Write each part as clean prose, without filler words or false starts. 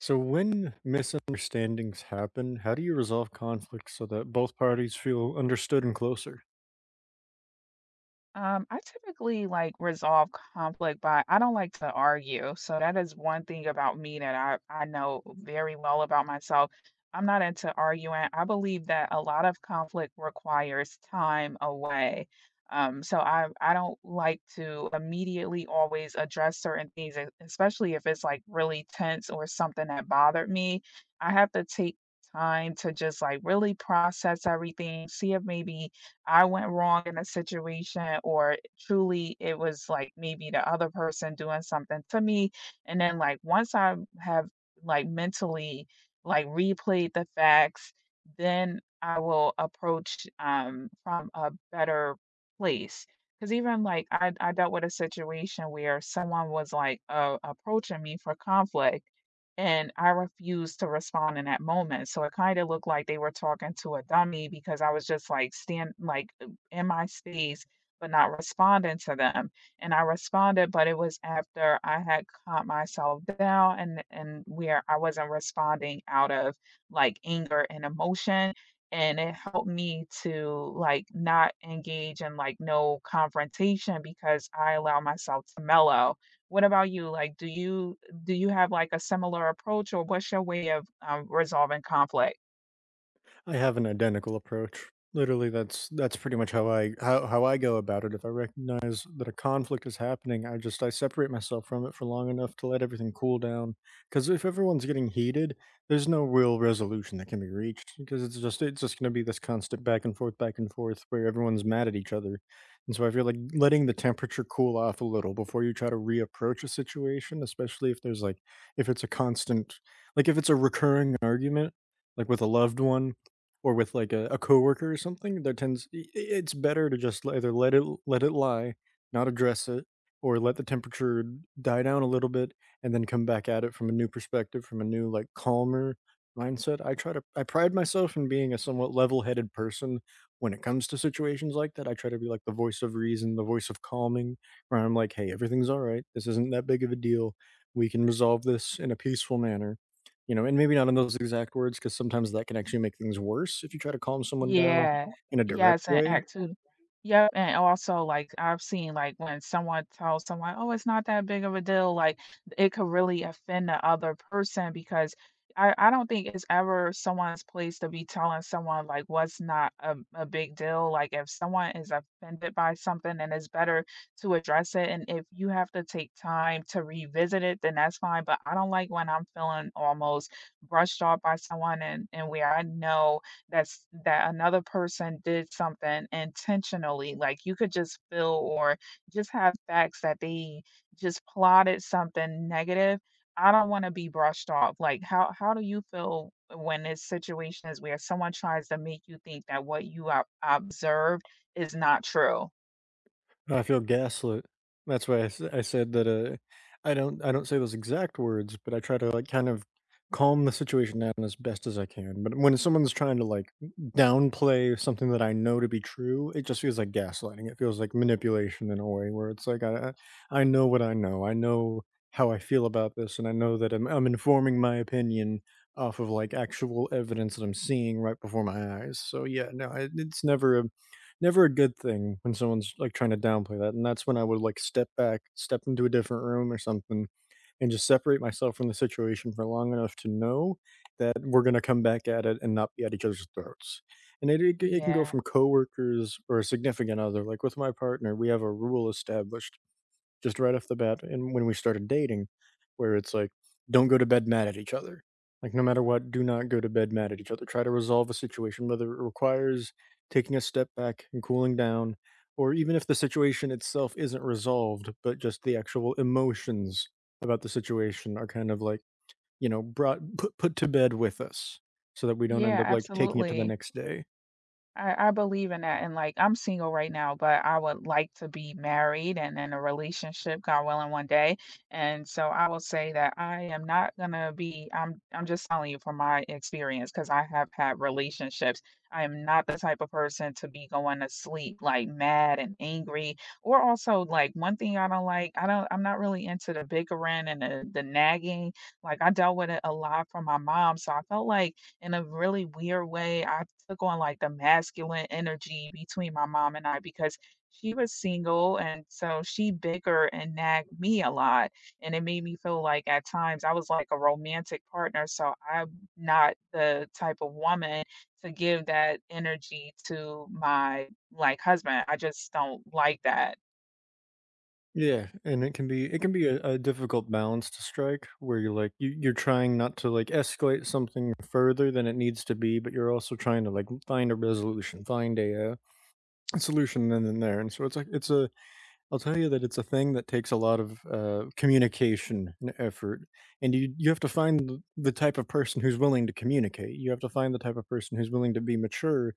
So, when misunderstandings happen, how do you resolve conflicts so that both parties feel understood and closer? I typically like resolve conflict by I don't like to argue. So that is one thing about me that I know very well about myself. I'm not into arguing. I believe that a lot of conflict requires time away. So I don't like to immediately always address certain things, especially if it's like really tense or something that bothered me. I have to take time to just like really process everything, see if maybe I went wrong in a situation or truly it was like maybe the other person doing something to me. And then like once I have like mentally like replayed the facts, then I will approach from a better place. Cause even like I dealt with a situation where someone was like approaching me for conflict, and I refused to respond in that moment, so it kinda looked like they were talking to a dummy because I was just, like, stand like, in my space, but not responding to them, and I responded, but it was after I had calmed myself down and where I wasn't responding out of, like, anger and emotion, and it helped me to, like, not engage in, like, no confrontation because I allow myself to mellow. What about you? Like, do you have like a similar approach or what's your way of resolving conflict? I have an identical approach. Literally, that's pretty much how I go about it. If I recognize that a conflict is happening, I separate myself from it for long enough to let everything cool down. Because if everyone's getting heated, there's no real resolution that can be reached. Because it's just going to be this constant back and forth, where everyone's mad at each other. And so I feel like letting the temperature cool off a little before you try to reapproach a situation, especially if it's a constant, if it's a recurring argument like with a loved one or with, a coworker or something that tends I it's better to just either let it lie, not address it, or let the temperature die down a little bit and then come back at it from a new perspective, from a new, calmer mindset. I try to I pride myself in being a somewhat level-headed person when it comes to situations like that. I try to be, like, the voice of reason, the voice of calming, where I'm like, "Hey, everything's alright. This isn't that big of a deal. We can resolve this in a peaceful manner." You know, and maybe not in those exact words, because sometimes that can actually make things worse if you try to calm someone down Yeah. in a direct Yes, and way. act too. Yep, and also, like, I've seen, like, when someone tells someone, "Oh, it's not that big of a deal," like, it could really offend the other person because I don't think it's ever someone's place to be telling someone, like, what's not a big deal. Like, if someone is offended by something, then it's better to address it, and if you have to take time to revisit it, then that's fine, but I don't like when I'm feeling almost brushed off by someone and where I know that's that another person did something intentionally. Like, you could just feel or just have facts that they just plotted something negative. I don't want to be brushed off. Like, how do you feel when there's situations where someone tries to make you think that what you observed is not true? I feel gaslit. That's why I said that. I don't say those exact words, but I try to kind of calm the situation down as best as I can. But when someone's trying to downplay something that I know to be true, it just feels like gaslighting. It feels like manipulation in a way where it's like I know what I know. I know how I feel about this, and I know that I'm informing my opinion off of like actual evidence that I'm seeing right before my eyes. So yeah, no, it's never a good thing when someone's, like, trying to downplay that, and that's when I would, like, step back, step into a different room or something, and just separate myself from the situation for long enough to know that we're gonna come back at it and not be at each other's throats. And it can go Yeah, from coworkers or a significant other, like, with my partner, we have a rule established just right off the bat and when we started dating where it's like don't go to bed mad at each other, like no matter what, do not go to bed mad at each other. Try to resolve a situation, whether it requires taking a step back and cooling down, or even if the situation itself isn't resolved but just the actual emotions about the situation are kind of like, you know, brought put to bed with us, so that we don't end yeah, up like taking it to the absolutely. next day. I believe in that, and, like, I'm single right now, but I would like to be married and in a relationship, God willing, one day, and so I will say that I am not gonna be I'm just telling you from my experience because I have had relationships. I am not the type of person to be going to sleep, like, mad and angry, or also, like, one thing I don't like, I'm not really into the bickering and the nagging, like, I dealt with it a lot from my mom, so I felt like in a really weird way, I took on like the masculine energy between my mom and I because she was single and so she bicker and nagged me a lot. And it made me feel like at times I was like a romantic partner. So I'm not the type of woman to give that energy to my like husband. I just don't like that. Yeah, and it can be a difficult balance to strike where you're trying not to like escalate something further than it needs to be, but you're also trying to like find a resolution, find a, solution then and there. And so it's a I'll tell you that it's a thing that takes a lot of, communication and effort, and you have to find the type of person who's willing to communicate. You have to find the type of person who's willing to be mature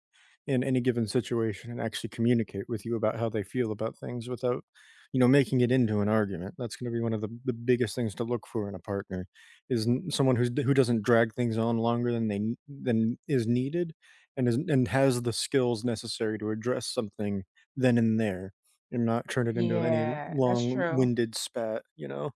in any given situation and actually communicate with you about how they feel about things without, you know, making it into an argument. That's gonna be one of the biggest things to look for in a partner, is n someone who doesn't drag things on longer than they nee than is needed and is and has the skills necessary to address something then and there and not turn it into any Yeah, that's true. long-winded spat, you know?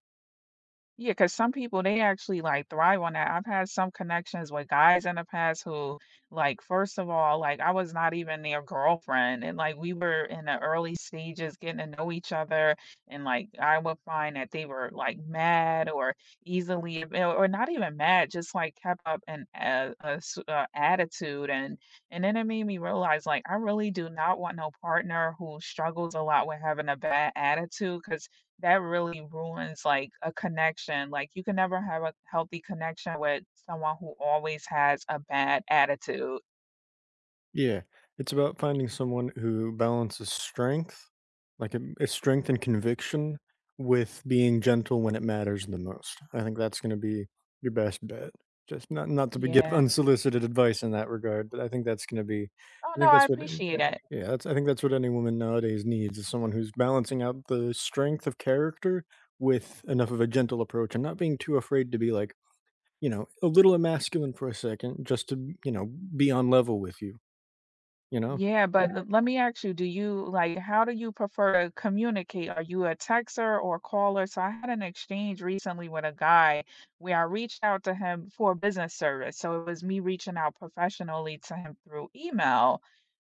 Yeah, cause some people, they actually, like, thrive on that. I've had some connections with guys in the past who, like, first of all, like, I was not even their girlfriend, and, like, we were in the early stages getting to know each other, and, like, I would find that they were, like, mad or easily or not even mad, just, like, kept up an a s a attitude, and then it made me realize, like, I really do not want no partner who struggles a lot with having a bad attitude, cause that really ruins like a connection. Like you can never have a healthy connection with someone who always has a bad attitude. Yeah, it's about finding someone who balances strength, like, it's strength and conviction with being gentle when it matters the most. I think that's gonna be your best bet. Just not to be give Yeah. unsolicited advice in that regard, but I think that's gonna be Oh I no, think I that's what appreciate it. yeah, that's I think that's what any woman nowadays needs is someone who's balancing out the strength of character with enough of a gentle approach and not being too afraid to be, like, you know, a little emasculine for a second just to, you know, be on level with you, you know? Yeah, but let me ask you, do you like how do you prefer to communicate? Are you a texter or caller? So I had an exchange recently with a guy where I reached out to him for business service. So it was me reaching out professionally to him through email.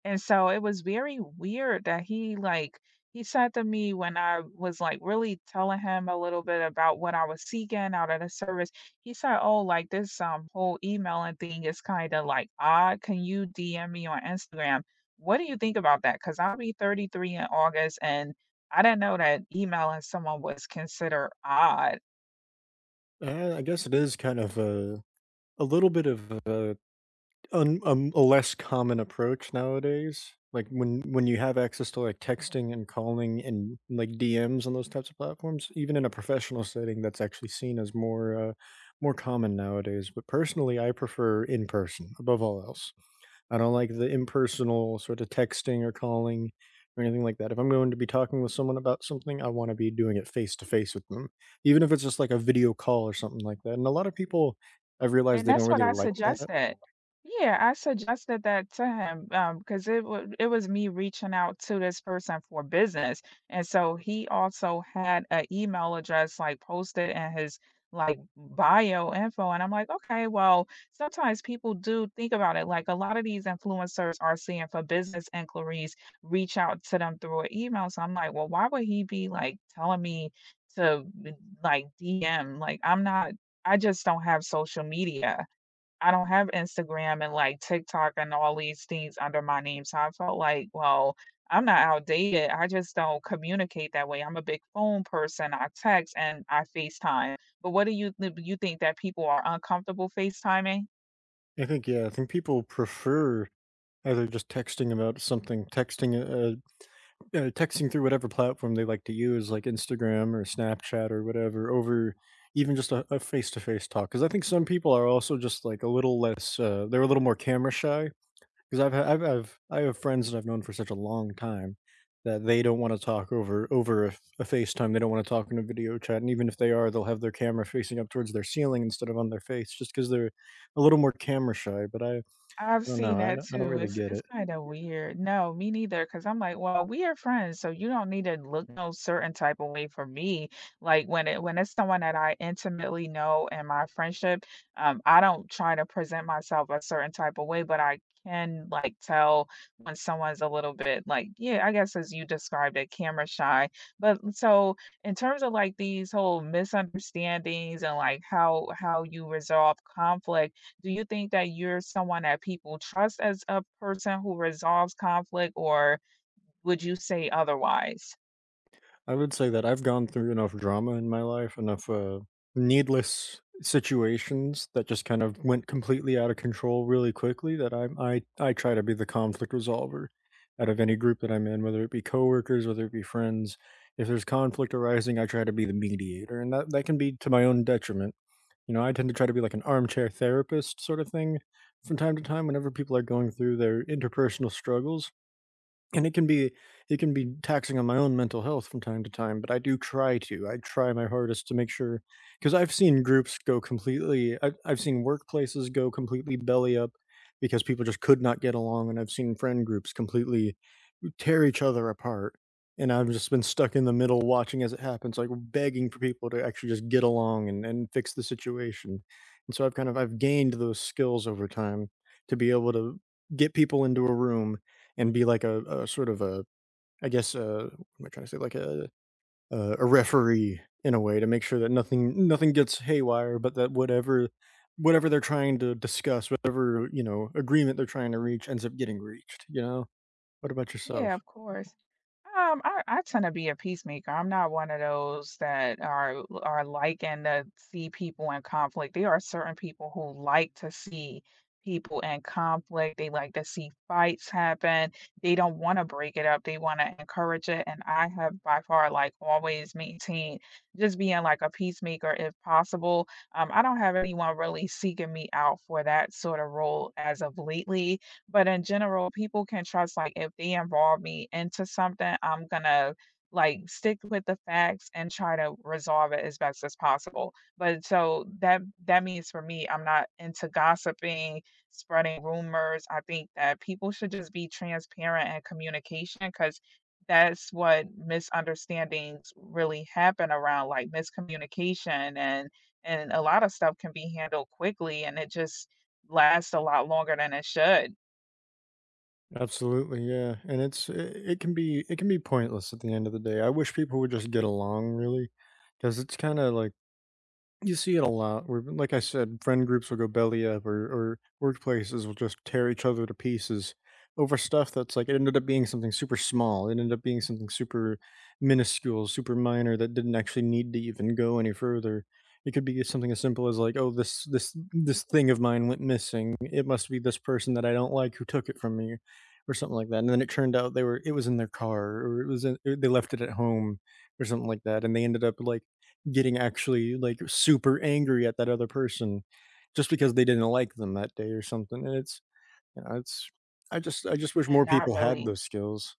And so it was very weird that he said to me when I was, like, really telling him a little bit about what I was seeking out of the service, he said, "Oh, like, this, whole emailing thing is kinda, like, odd. Can you DM me on Instagram? What do you think about that?" Because 'Cause I'll be 33 in August, and I didn't know that emailing someone was considered odd." I guess it is kind of a little bit of a un a less common approach nowadays. Like when you have access to like texting and calling and like DMs on those types of platforms, even in a professional setting, that's actually seen as more more common nowadays. But personally, I prefer in person above all else. I don't like the impersonal sort of texting or calling or anything like that. If I'm going to be talking with someone about something, I want to be doing it face to face with them, even if it's just like a video call or something like that. And a lot of people, I've realized And they don't that's what really I Oh. like that. suggested. Yeah, I suggested that to him, because it was me reaching out to this person for business, and so he also had an email address, like, posted in his, like, bio info, and I'm like, "Okay, well, sometimes people do think about it, like, a lot of these influencers are seeing for business inquiries, reach out to them through an email," so I'm like, "Well, why would he be, like, telling me to, like, DM?" Like, I'm not I just don't have social media. I don't have Instagram and, like, TikTok and all these things under my name, so I felt like, well, I'm not outdated, I just don't communicate that way. I'm a big phone person, I text and I FaceTime, but what do you th you think that people are uncomfortable FaceTiming? I think, yeah, I think people prefer either just texting about something, texting through whatever platform they like to use, like Instagram or Snapchat or whatever, over even just a face to face talk. Because I think some people are also just like a little less, they're a little more camera shy. 'Cause I have friends that I've known for such a long time that they don't wanna talk over a FaceTime, they don't wanna talk in a video chat, and even if they are, they'll have their camera facing up towards their ceiling instead of on their face just because 'cause they're a little more camera shy, but I I've don't seen know, that I don't too. Mhm. really get It's it. kinda weird. No, me neither. Because 'Cause I'm like, "Well, we are friends, so you don't need to look no certain type of way for me." Like, when it's someone that I intimately know in my friendship, I don't try to present myself a certain type of way, but I can, like, tell when someone's a little bit, like yeah, I guess as you described it, camera shy. But in terms of, like, these whole misunderstandings and, like, how you resolve conflict, do you think that you're someone that people trust as a person who resolves conflict, or would you say otherwise? I would say that I've gone through enough drama in my life, enough, needless situations that just kind of went completely out of control really quickly that I try to be the conflict resolver out of any group that I'm in, whether it be coworkers, whether it be friends. If there's conflict arising, I try to be the mediator, and that can be to my own detriment. You know, I tend to try to be like an armchair therapist sort of thing from time to time whenever people are going through their interpersonal struggles, and it can be taxing on my own mental health from time to time, but I do try to. I try my hardest to make sure, because 'cause I've seen groups go completely I've seen workplaces go completely belly up because people just could not get along, and I've seen friend groups completely tear each other apart, and I've just been stuck in the middle watching as it happens, like, begging for people to actually just get along and fix the situation. And so I've kind of I've gained those skills over time to be able to get people into a room and be like a sort of a I guess what am I trying to say like a referee in a way to make sure that nothing gets haywire, but that whatever they're trying to discuss, whatever you know agreement they're trying to reach, ends up getting reached. You know. What about yourself? Yeah, of course. I tend to be a peacemaker. I'm not one of those that are liking to see people in conflict. There are certain people who like to see people in conflict. They like to see fights happen. They don't want to break it up. They want to encourage it. And I have by far like always maintained just being like a peacemaker if possible. I don't have anyone really seeking me out for that sort of role as of lately, but in general, people can trust, like, if they involve me into something, I'm gonna, like, stick with the facts and try to resolve it as best as possible. But so that means for me, I'm not into gossiping, spreading rumors. I think that people should just be transparent in communication, because that's what misunderstandings really happen around, like, miscommunication, and a lot of stuff can be handled quickly, and it just lasts a lot longer than it should. Absolutely, yeah. And it can be pointless at the end of the day. I wish people would just get along, really, because it's kind of like you see it a lot where, like I said, friend groups will go belly up or workplaces will just tear each other to pieces over stuff that's like it ended up being something super small. It ended up being something super minuscule, super minor that didn't actually need to even go any further. It could be something as simple as like, oh, this thing of mine went missing. It must be this person that I don't like who took it from me, or something like that. And then it turned out they were it was in their car, or it was in, they left it at home, or something like that. And they ended up like getting actually, like, super angry at that other person just because they didn't like them that day or something, and it's you know, it's I just wish And more not people had really. So those skills.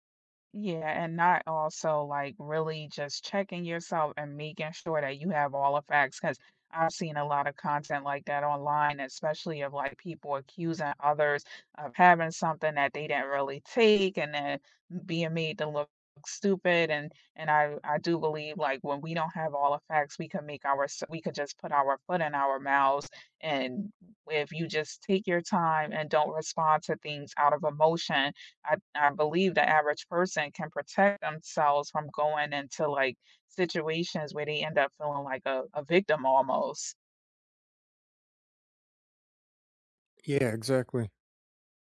yeah, and not also, like, really just checking yourself and making sure that you have all the facts. Because 'Cause I've seen a lot of content like that online, especially of, like, people accusing others of having something that they didn't really take and then being made to look stupid, and I do believe, like, when we don't have all the facts, we could just put our foot in our mouths, and if you just take your time and don't respond to things out of emotion, I believe the average person can protect themselves from going into, like, situations where they end up feeling like a victim almost. Yeah, exactly,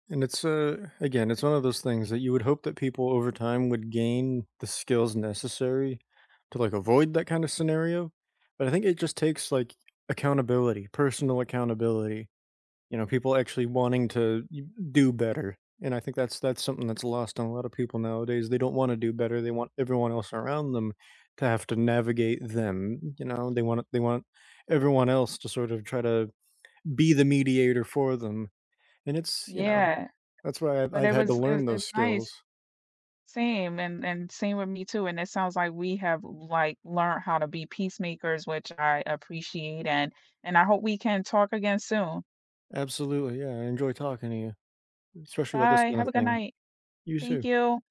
and it's, again, it's one of those things that you would hope that people over time would gain the skills necessary to, like, avoid that kind of scenario, but I think it just takes, like, accountability, personal accountability. You know, people actually wanting to y do better, and I think that's something that's lost on a lot of people nowadays. They don't wanna do better, they want everyone else around them to have to navigate them, you know? They want everyone else to sort of try to be the mediator for them, and it's you know, Yeah, that's why I've but I've had to learn those it's skills. nice. Same, and same with me too, and it sounds like we have, like, learned how to be peacemakers, which I appreciate, and I hope we can talk again soon. Absolutely, yeah, I enjoy talking to you, especially about this Bye, kinda have a good thing. night. You Thank too. you.